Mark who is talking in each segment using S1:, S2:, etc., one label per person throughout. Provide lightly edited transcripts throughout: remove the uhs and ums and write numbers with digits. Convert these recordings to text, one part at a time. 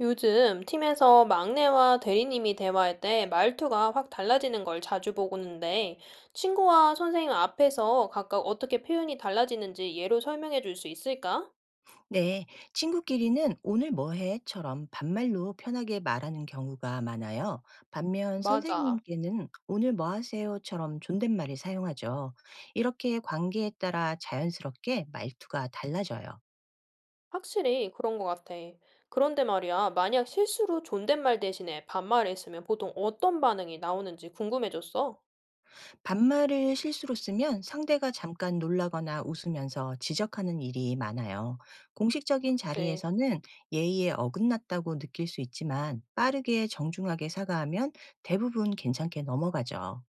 S1: 요즘 팀에서 막내와 대리님이 대화할 때 말투가 확 달라지는 걸 자주 보고는데 친구와 선생님 앞에서 각각 어떻게 표현이 달라지는지 예로 설명해 줄 수 있을까?
S2: 네, 친구끼리는 오늘 뭐 해?처럼 반말로 편하게 말하는 경우가 많아요. 반면
S1: 맞아.
S2: 선생님께는 오늘 뭐 하세요?처럼 존댓말을 사용하죠. 이렇게 관계에 따라 자연스럽게 말투가 달라져요.
S1: 확실히 그런 것 같아. 그런데 말이야, 만약 실수로 존댓말 대신에 반말을 했으면 보통 어떤 반응이 나오는지 궁금해졌어.
S2: 반말을 실수로 쓰면 상대가 잠깐 놀라거나 웃으면서 지적하는 일이 많아요. 공식적인
S1: 그치.
S2: 자리에서는 예의에 어긋났다고 느낄 수 있지만, 빠르게 정중하게 사과하면 대부분 괜찮게 넘어가죠.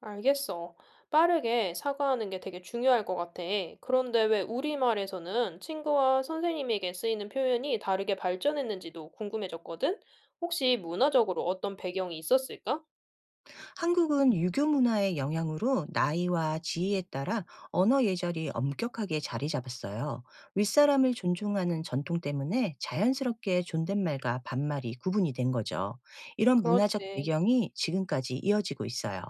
S1: 알겠어. 빠르게 사과하는 게 되게 중요할 것 같아. 그런데 왜 우리말에서는 친구와 선생님에게 쓰이는 표현이 다르게 발전했는지도 궁금해졌거든? 혹시 문화적으로 어떤 배경이 있었을까?
S2: 한국은 유교 문화의 영향으로 나이와 지위에 따라 언어 예절이 엄격하게 자리 잡았어요. 윗사람을 존중하는 전통 때문에 자연스럽게 존댓말과 반말이 구분이 된 거죠. 이런 문화적
S1: 그렇지.
S2: 배경이 지금까지 이어지고 있어요.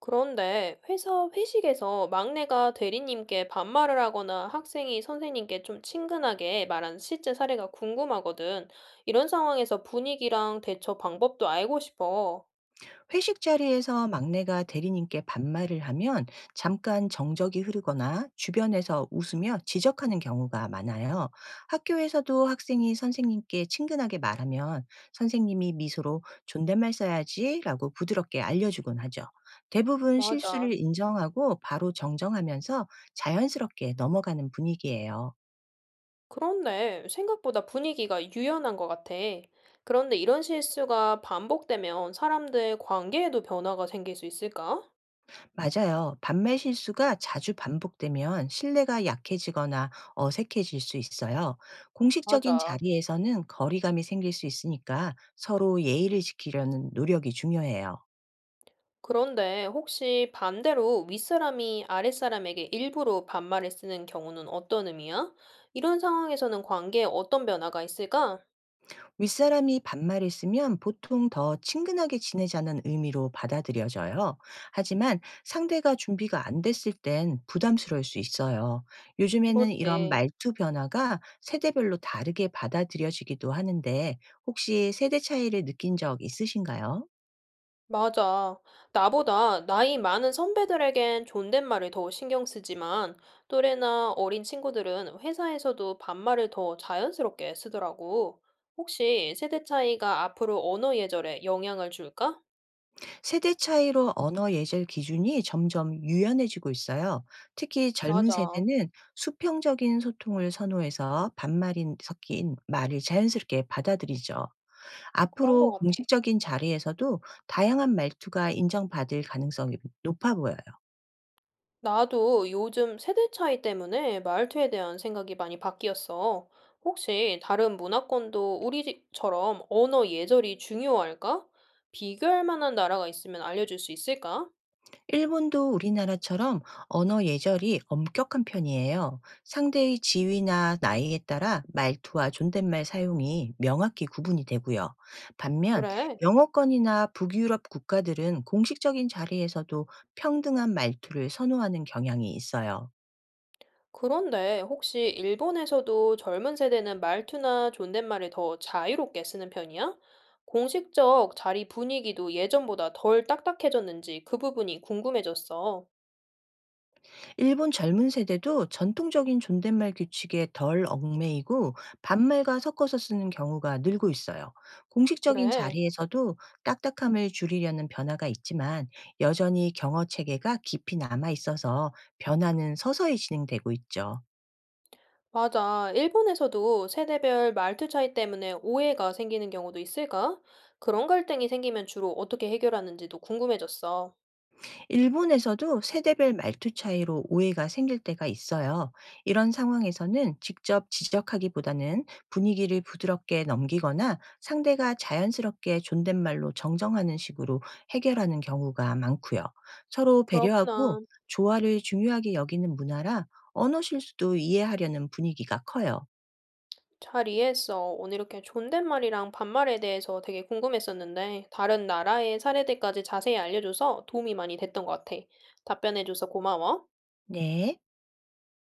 S1: 그런데 회사 회식에서 막내가 대리님께 반말을 하거나 학생이 선생님께 좀 친근하게 말한 실제 사례가 궁금하거든. 이런 상황에서 분위기랑 대처 방법도 알고 싶어.
S2: 회식 자리에서 막내가 대리님께 반말을 하면 잠깐 정적이 흐르거나 주변에서 웃으며 지적하는 경우가 많아요. 학교에서도 학생이 선생님께 친근하게 말하면, 선생님이 미소로 존댓말 써야지 라고 부드럽게 알려주곤 하죠. 대부분 실수를
S1: 맞아.
S2: 인정하고 바로 정정하면서 자연스럽게 넘어가는 분위기예요.
S1: 그렇네. 생각보다 분위기가 유연한 것 같아. 그런데 이런 실수가 반복되면 사람들 관계에도 변화가 생길 수 있을까?
S2: 맞아요. 반매 실수가 자주 반복되면 신뢰가 약해지거나 어색해질 수 있어요. 공식적인
S1: 맞아.
S2: 자리에서는 거리감이 생길 수 있으니까, 서로 예의를 지키려는 노력이 중요해요.
S1: 그런데 혹시 반대로 윗사람이 아랫사람에게 일부러 반말을 쓰는 경우는 어떤 의미야? 이런 상황에서는 관계에 어떤 변화가 있을까?
S2: 윗사람이 반말을 쓰면 보통 더 친근하게 지내자는 의미로 받아들여져요. 하지만 상대가 준비가 안 됐을 땐 부담스러울 수 있어요. 요즘에는 이런
S1: 그렇지.
S2: 말투 변화가 세대별로 다르게 받아들여지기도 하는데, 혹시 세대 차이를 느낀 적 있으신가요?
S1: 맞아. 나보다 나이 많은 선배들에겐 존댓말을 더 신경 쓰지만 또래나 어린 친구들은 회사에서도 반말을 더 자연스럽게 쓰더라고. 혹시 세대 차이가 앞으로 언어 예절에 영향을 줄까?
S2: 세대 차이로 언어 예절 기준이 점점 유연해지고 있어요. 특히 젊은
S1: 맞아.
S2: 세대는 수평적인 소통을 선호해서 반말이 섞인 말을 자연스럽게 받아들이죠.
S1: 그런
S2: 앞으로
S1: 것 같아.
S2: 공식적인 자리에서도 다양한 말투가 인정받을 가능성이 높아 보여요.
S1: 나도 요즘 세대 차이 때문에 말투에 대한 생각이 많이 바뀌었어. 혹시 다른 문화권도 우리처럼 언어 예절이 중요할까? 비교할 만한 나라가 있으면 알려줄 수 있을까?
S2: 일본도 우리나라처럼 언어 예절이 엄격한 편이에요. 상대의 지위나 나이에 따라 말투와 존댓말 사용이 명확히 구분이 되고요. 반면
S1: 그래.
S2: 영어권이나 북유럽 국가들은 공식적인 자리에서도 평등한 말투를 선호하는 경향이 있어요.
S1: 그런데 혹시 일본에서도 젊은 세대는 말투나 존댓말을 더 자유롭게 쓰는 편이야? 공식적 자리 분위기도 예전보다 덜 딱딱해졌는지 그 부분이 궁금해졌어.
S2: 일본 젊은 세대도 전통적인 존댓말 규칙에 덜 얽매이고 반말과 섞어서 쓰는 경우가 늘고 있어요. 공식적인
S1: 그래.
S2: 자리에서도 딱딱함을 줄이려는 변화가 있지만, 여전히 경어 체계가 깊이 남아 있어서 변화는 서서히 진행되고 있죠.
S1: 맞아. 일본에서도 세대별 말투 차이 때문에 오해가 생기는 경우도 있을까? 그런 갈등이 생기면 주로 어떻게 해결하는지도 궁금해졌어.
S2: 일본에서도 세대별 말투 차이로 오해가 생길 때가 있어요. 이런 상황에서는 직접 지적하기보다는 분위기를 부드럽게 넘기거나 상대가 자연스럽게 존댓말로 정정하는 식으로 해결하는 경우가 많고요. 서로 배려하고
S1: 그렇구나.
S2: 조화를 중요하게 여기는 문화라 언어 실수도 이해하려는 분위기가 커요.
S1: 잘 이해했어. 오늘 이렇게 존댓말이랑 반말에 대해서 되게 궁금했었는데, 다른 나라의 사례들까지 자세히 알려줘서 도움이 많이 됐던 것 같아. 답변해줘서 고마워.
S2: 네.